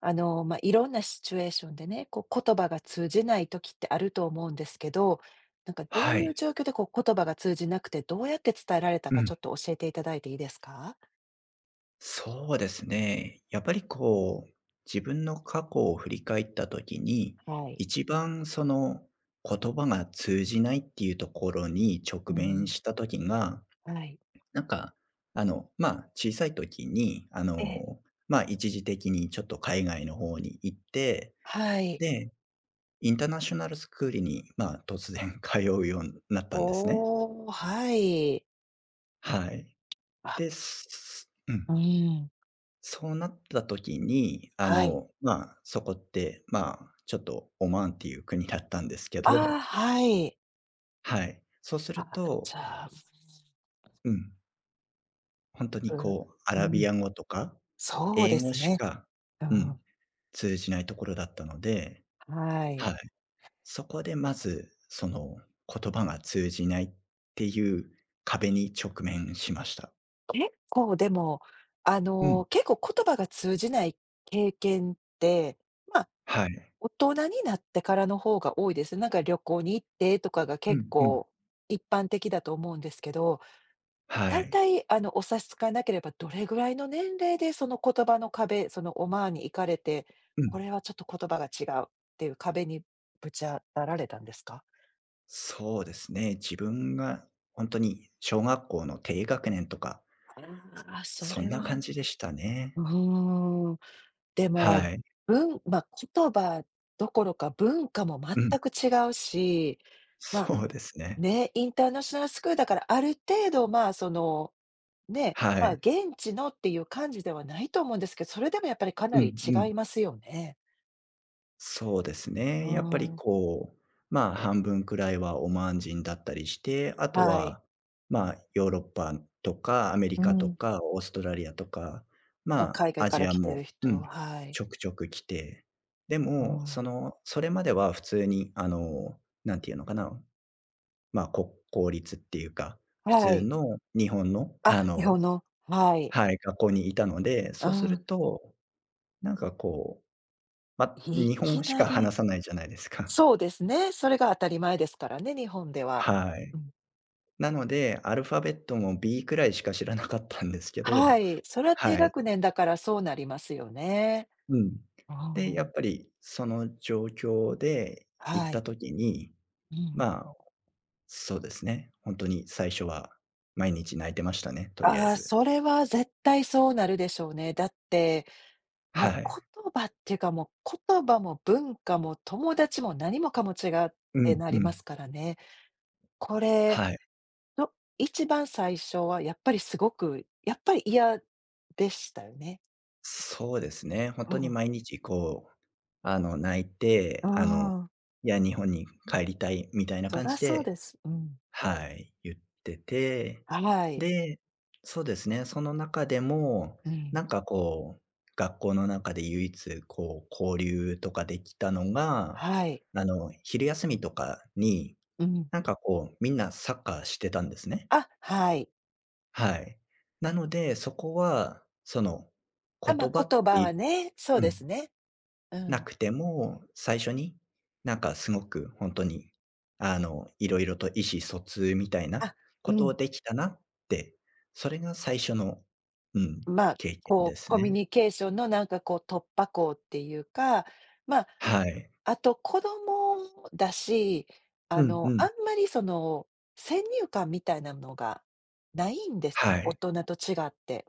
まあ、いろんなシチュエーションでね、こう言葉が通じない時ってあると思うんですけど、なんかどうはいうい。状況でこう言葉が通じなくて、どうやって伝えられたうかちん。ょっと教えていただいていいですか？そうですね。やっぱりこう、自分の過去を振り返った時に、はい。一番その言葉が通じないっていうところにう直面ん、した時が、はい。なんか、小さい時に、ええ、一時的にちょっと海外の方に行って、はい。で、インターナショナルスクールに、突然 通うようになったんですね。おお、はい。はい。あ、で、ううん。ん、そうなった時に、はい。そこって、ちょっとオマーンっていう国だったんですけああ、ど、はい。はい。そうするあ、と、じゃあ、うん、本当にこう、アうラん、うビん、ア語とか、そう英で語すしね。か、ううん、ん、通じないところだったので、はい。はい。そこでまず、その、言葉が通じないっていう壁に直面しました。結構でも、うん。結構言葉が通じない経験って、まあ、はい。大人になってからの方が多いです。なんか旅行に行ってとかがう結んうん。構一般的だと思うんですけど、は大い。体お差し支えなければどれぐらいの年齢でその言葉の壁、そのオマーンに行かれて、うこん。れはちょっと言葉が違うっていう壁にぶち当たられたんですか？そうですね。自分が本当に小学校の低学年とか、ああー、そそんれな感はじでしたうね。ーでも、はい。まあ、言葉どころか文化もうん。全く違うし、まあ、そうですね。ね、インターナショナルスクールだからある程度、まあ、その、ね、はまあ、い。現地のっていう感じではないと思うんですけど、それでもやっぱりかなうりんう違ん。いますよね。そうですうーね。やっぱりん、こう、半分くらいはオマーン人だったりして、あとはい。は、ヨーロッパとかアメリうカとん。かオーストラリアとか、まあ、ま海外アかジらア来てるも、う人、ん、はい。ちょくちょく来て、でうも、そん。の、それまでは普通になんていうのかな、公立っていうか、普は通い。の日本の、あ、日本の、はい。はい、学校にいたので、うそうするん。と、なんかこう、い日本き語しなか話りさないじゃないですか。そうですね、それが当たり前ですからね、日本では。はい。うん。なので、アルファベットも B くらいしか知らなかったんですけはど、い、それは低はい、学年だからそうなりますよね。うん。あで、やあ。っぱりその状況で行っはい。た時に、うん。まあ、そうですね、ほんとに最初は毎日泣いてましたね、とりあえああ、ず。それは絶対そうなるでしょうね。だって、はもい。う言葉っていうか、もう言葉も文化も友達も何もかも違うっうてんなうりまん。すからね。これ、はい。ど一番最初はやっぱりすごく、やっぱり嫌でしたよね。そうですね。本う当にん。毎日こう、泣いうて、ん。いや、日本に帰りたいみたいなそ感らじそうで、です。うん。はい、言ってて、はい。で、そうですね、その中でも、うん。なんかこう、学校の中で唯一こう、交流とかできたのが、はい。昼休みとかに、うん。なんかこう、みんなサッカーしてたんですね。あ、はい。はい。なので、そこは、その、あ、ま言あ、葉っ言葉てはね、そううでん。すね。うなん。くても、最初に、なんかすごくほんとに、色々と意思疎通みたいなあ、うこん、とできたなって、それが最初の、うん、まあ、経験こでう、すコミュね。ニケーションのなんかこう突破口っていうか、まあ、はい。あと子供だし、うんうあん。んまりその、先入観みたいなのがないんですね、は大い。人と違って。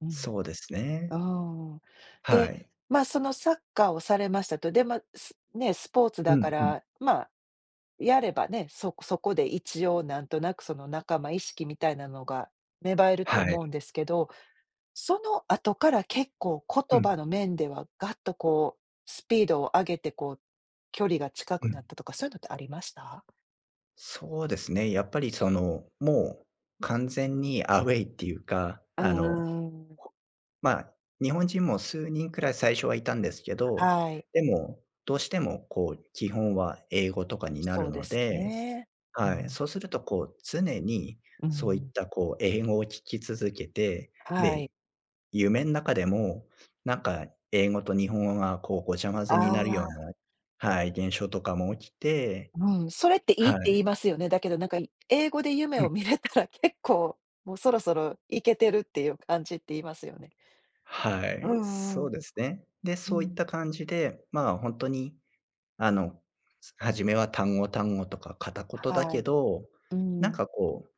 うん。そうですね。うん。はで、い。まあ、そのサッカーをされましたと。で、まあ、スポーツうだかんうん。ら、まあやればね、そこで一応なんとなくその仲間意識みたいなのが芽生えるとはい。思うんですけど、その後から結構う言ん、葉の面ではガッとこう、スピードを上げてこう、距離が近うくなん。ったとか、そういうのってありました？そうですね、やっぱりその、もう完全にアウェイっていうか、あんほまあ、日本人も数人くらい最初はいたんですけど、はい、でも、どうしてもこう基本は英語とかになそるうでのすで、ね。うはい、ん、そうするとこう常にうそういっん、たこう英語を聞き続けて、はい。で、夢の中でも、なんか英語と日本語がこうごちゃ混あぜになるようあ、な、はい、現象とかも起きて、うん、それっていいっはて言い。いますよね。だけどなんか英語で夢うをん。見れたら結構、もうそろそろいけてるっていう感じって言いますよね。はうい、んうそん。うですね。で、うそういっん。た感じで、本当に、あの、初めは単語単語とか片言だはけい。ど、うなんん。かこう、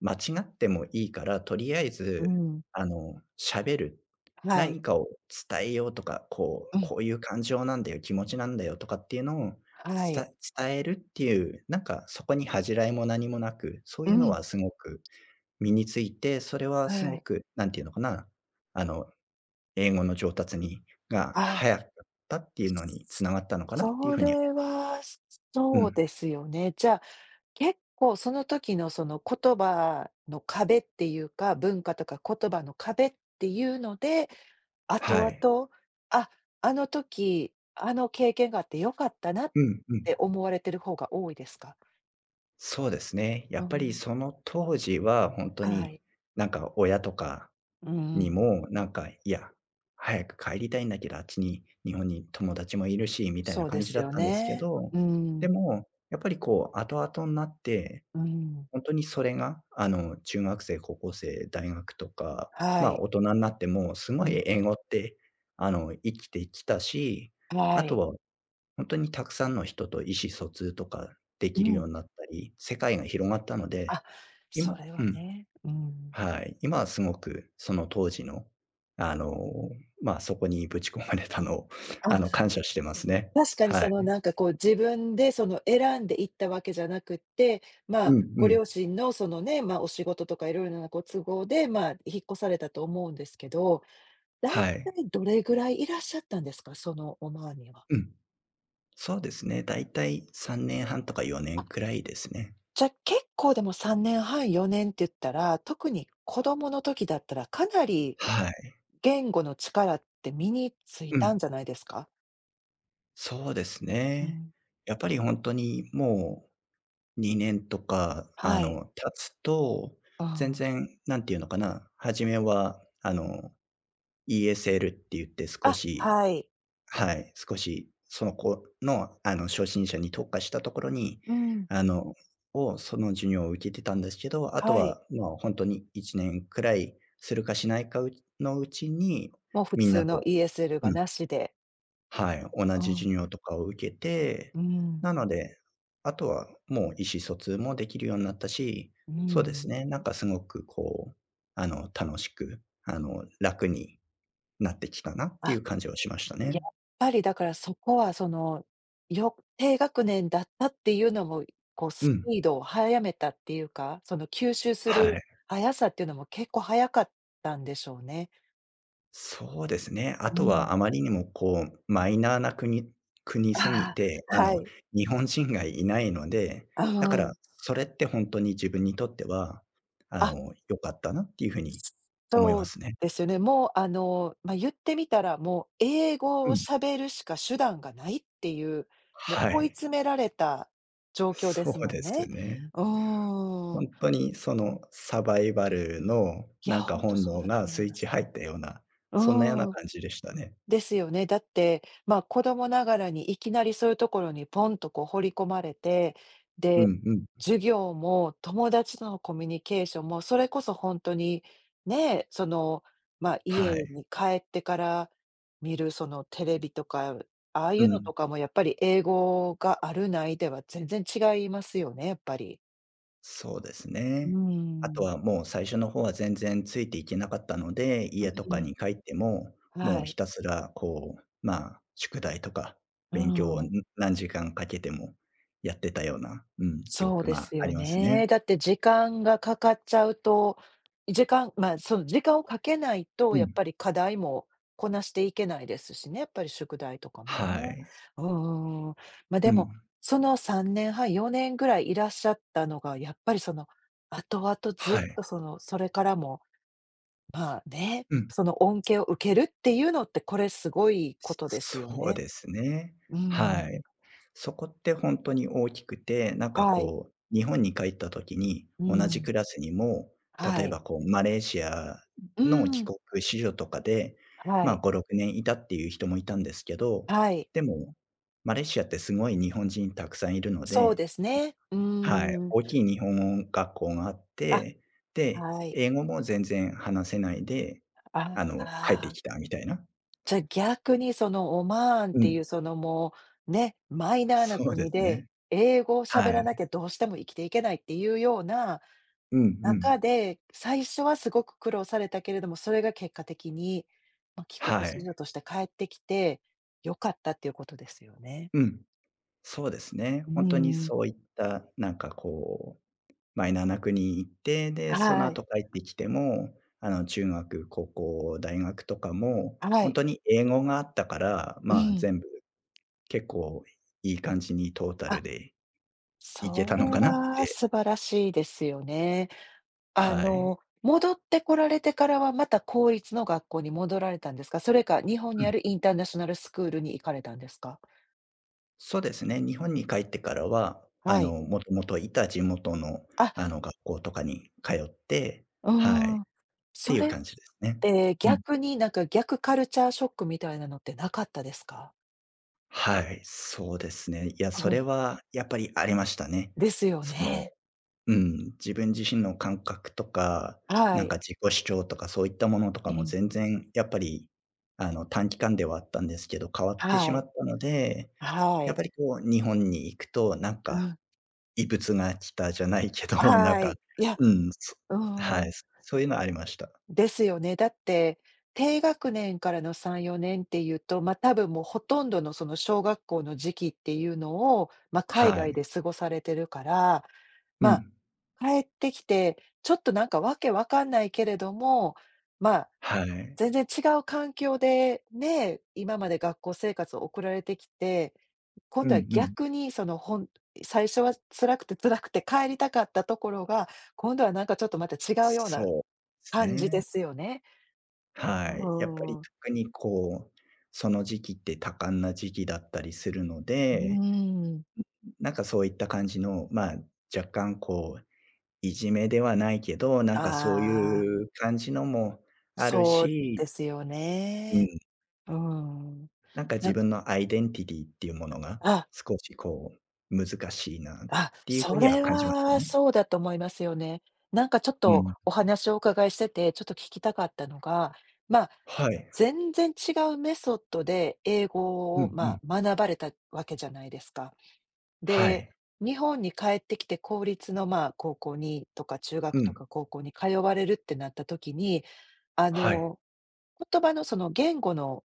間違ってもいいから、とりあえうず、ん。喋る。はい。何かを伝えようとか、こうう、ん。こういう感情なんだよ、気持ちなんだよとかっていうのを、はい。伝伝えるっていう、なんかそこに恥じらいも何もなく、そうういうのん。はすごく身について、それははすごい。く、なんていうのかな、あの英語の上達にがあ早かったっていうのに繋がったのかなっていうそふうには、れは、うそうん、ですよね。じゃあ、結構その時のその言葉の壁っていうか、文化とか言葉の壁っていうので、は後い。々、あ、あの時、あの経験があって良かったなっうんうん。て思われてる方が多いですか？そうですね。やうっぱりんその当時はほんとはに、い。なんか親とかうんうにん。も、なんか、いや、早く帰りたいんだけど、あっちに日本に友達もいるしみたいそなうで感じすだっよたんですけね。ど、うでん、も、やっぱりこう後々になってうん。本当にそれが、中学生、高校生、大学とか、はい。大人になってもすうごん。い英語って、生きてきたし、はあとい。は本当にたくさんの人と意思疎通とかでうきるん。ようになったり、世界が広がったのあ、で、それうはん、ね。うん。はい、今はすごくその当時の、あの、そこにぶち込まれたのを、あ、感謝してますね。確かにはそのい。なんかこう自分でその選んでいったわけじゃなくって、まうあ、んうごん。両親のそのね、まあ、お仕事とかいろいろなご都合で、まあ、引っ越されたと思うんですけど、だはいたい。いどれぐらいいらっしゃったんですか？そのオマーンには。うん。そうですね、だいたい3年半とか4あ、年くらいですね。じゃ、結構でも3年半、4年って言ったら、特に子供の時だったらかなりはい。言語の力って身についうたんん。じゃないですか？そうですうね。ん。やっぱり本当にもう2年とか、はい。経つと、う全ん。然なんていうのかな、初めは、ESL って言って少あ、し、はい。はい、少しその子の、初心者に特化したところに、うん。あの、その授業を受けてたんですけど、あとはい。は、本当に1年くらいするかしないかうのうちに、もう普みん通なの と、 ESL うがん、なしで。はい、同うじん。授業とかを受けて、うん。なので、あとはもう意思疎通もできるようになったし、うそうですん。ね、なんかすごくこう、楽しく、楽になってきたなっていあ、う感じはしましたやね。っぱりだからそこはその、低学年だったっていうのも、こううスん。ピードを速めたっていうか、その吸収すはるい。速さっていうのも結構速かったんでしょうね。そうですね。あうとん。はあまりにもこう、マイナーな国すぎあて、あ、はい。日本人がいないので、うだからん。それって本当に自分にとっては、あ良かったなっていうふうに思いそまうすね。ですよね。もう、あの、まあ、言ってみたら、もう英語うをん。喋るしか手段がないっていう、もはう追いい。詰められた状況でそすうもんですね。ね。うーほん。んとにそのサバイバルのいや、なんほかんと本そう能だとが思いスイッまチす。入ったような、そんなようなうーん。感じでしたね。ですよね。だって、まあ、子供ながらにいきなりそういうところにポンとこう放り込まれて、うで、んうん。授業も友達とのコミュニケーションも、それこそ本当に、ね、その、まあ、家はい。に帰ってから見るそのテレビとか、ああいううのん。とかもやっぱり英語があるないでは全然違いますよね、やっぱり。そうですうね。あとん。はもう最初の方は全然ついていけなかったので、家とうかん。に帰っても、はもうい。ひたすらこう、宿題とかう勉強を、ん。何時間かけてもやってたような、うん、記そう憶でがすあよりますね。ね。だって時間がかかっちゃうと、まあ、その時間をかけないと、うやっん。ぱり課題もこなしていけないですしね、やっぱり宿題とかもね。はい。うんうんうん。ま、うでも、ん。その3年半、4年ぐらいいらっしゃったのが、やっぱりその、後々ずっはい。とその、それからも、まあね、うん。その恩恵を受けるっていうのって、これすごいことですよそうね。ですね。うはん。い。そこってほんとに大きくて、なんかはい。こう、日本に帰った時に、う同じん。クラスにも、は例えい。ばこうマレーシアうの帰ん。国子女とかで、はい。5、6年いたっていう人もいたんですけど、はい。でも、マレーシアってすごい日本人たくさんいるのそうで、ですね。うはい、ーん。大きい日本学校があっあ、て、で、はい。英語も全然話せないで、あ帰ってきあ。たみたいな。じゃ、逆にそのオマーンっうていうん、そのもう、ね、マイナーなそうで国すで、ね。英語を喋はらい。なきゃどうしても生きていけないっていうようなうんうん。中で、最初はすごく苦労されたけれども、それが結果的に、ま、帰国は子女い。として帰ってきて良かったっていうことですよね。うん。そうですね。う本当ーにん。そういった、なんかこう、マイナーな国に行って、で、そのはい。後帰ってきても、中学、高校、大学とかも、は本い。当に英語があったから、うん。全部結構いい感じにトータあ、ルで行けそたのれかなっはて。素晴らしいですよね。あはい。の、戻ってこられてからは、また公立の学校に戻られたんですか？それか、日本うにん。あるインターナショナルスクールに行かれたんですか？そうですね、日本に帰ってからは、はい。もともといた地元の、あ、学校とかに通って、うはーい、ん。てそいうれっ感じですね。てうん。逆に、なんか、逆カルチャーショックみたいなのってなかったですか？はい、そうですね。いや、うそれん。はやっぱりありましたね。ですよその、ね。うん、自分自身の感覚とか、はなんい。か自己主張とかそういったものとかうもん。全然やっぱり、短期間ではあったんですけど、変わってしはまい。ったので、はやっい。ぱりこう日本に行くと、なんうかん。異物が来たじゃないけど、なんはか、い。いや、うん、うんうはい、ん。そういうのはありました。ですよね。だって、低学年からの3、4年っていうと、まあ、多分もうほとんどのその小学校の時期っていうのを、まあ、海は外でい。過ごされてるから、うまあ、ん。帰ってきて、ちょっとなんかわけわかんないけれども、まあ、はい。全然違う環境で、ね、今まで学校生活を送られてきて、今う度はんうん。逆にその最初は辛くて辛くて帰りたかったところが、今度はなんかちょっとまた違うようなそうです感じでね。すよね。うはい。やっぱりんう特にこう、その時期って多感な時期だったりするのーで、ん。なんかそういった感じの、若干こう、いじめではないけど、なんかそうああ、いう感じのもあるそうでし、すようね。ん、うーん。なんかな自ん分のアイデンティティっていうものが、あ、少しこう、難しいなっあ、ていうふうそにはれ感じましたはね。そうだと思いますよね。なんかちょっうとん。お話をお伺いしてて、ちょっと聞きたかったのが、まあ、はい。全然違うメソッドで英う語を、んうまん。あ、学ばれたわけじゃないですか。はで、い。日本に帰ってきて公立の、まあ、高校にとか中う学とん。か高校に通われるってなった時に、あはい。の、言葉のその言語の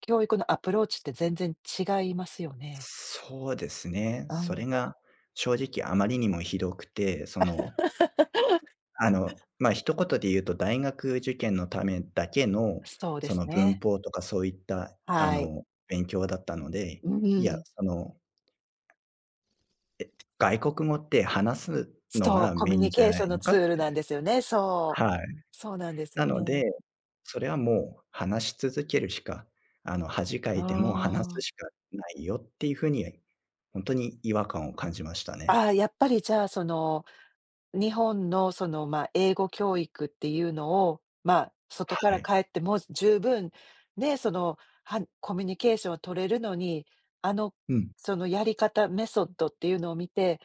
教育のアプローチって全然違いますよね。そうですね。うそれん、が正直あまりにもひどくて、その、一言で言うと大学受験のためだけの、そうでそすの文ね。法とかそういった、はい。勉強だったので、ういや、んその、外国語って話すのそう、がコメミュインニじケゃーシなョンいののかツっールなんて。ですよね。そう。はい。そうなんですなよので、ね。それはもう話し続けるしか、恥かいても話あすしかないよっていうふうに、本当に違和感を感じましたあね。ああ、やっぱりじゃあその日本のその、まあ、英語教育っていうのを、まあ、外かはら帰い。っても十分、ね、その、はコミュニケーションを取れるのに、あの、うん。そのやり方、メソッドっていうのを見て、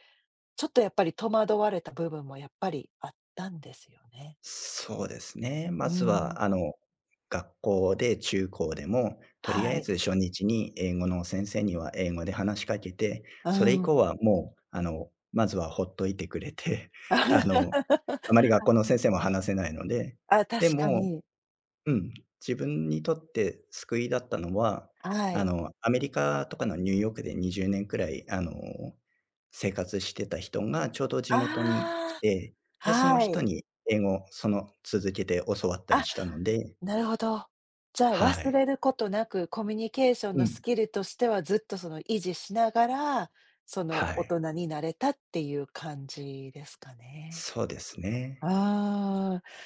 ちょっとやっぱり戸惑われた部分もやっぱりあったんですよね。そうですね。まうずん、は、学校で中高でも、とりあはえい、ず初日に英語の先生には英語で話しかけて、うそれ以ん。降はもう、まずはほっといてくれて、あの、あまり 学校の先生も話せないので、あ、で確かも、に。うん、自分にとって救いだったのは、はい。アメリカとかのニューヨークで20年くらい、生活してた人がちょうど地元に来あて、あ、で、そのは人い。に英語、その続けて教わったりあ。したので、なるほど。じゃあ、は忘れい。ることなく、コミュニケーションうのスん。キルとしてはずっとその維持しながら、そのは大人い。になれたっていう感じですかね。そうですね。ああ。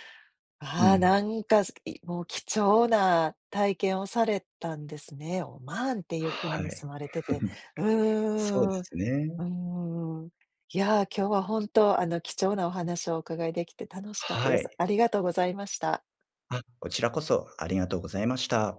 うああ、ん。なんか、もう貴重な体験をされたんですね。オマーンっていう国はにい。住まれてて。うそうでーん、うすね。ーん。いやー、今日は本当、あの、貴重なお話をお伺いできて楽しかったはです。い。ありがとうございました。あ、こちらこそありがとうございました。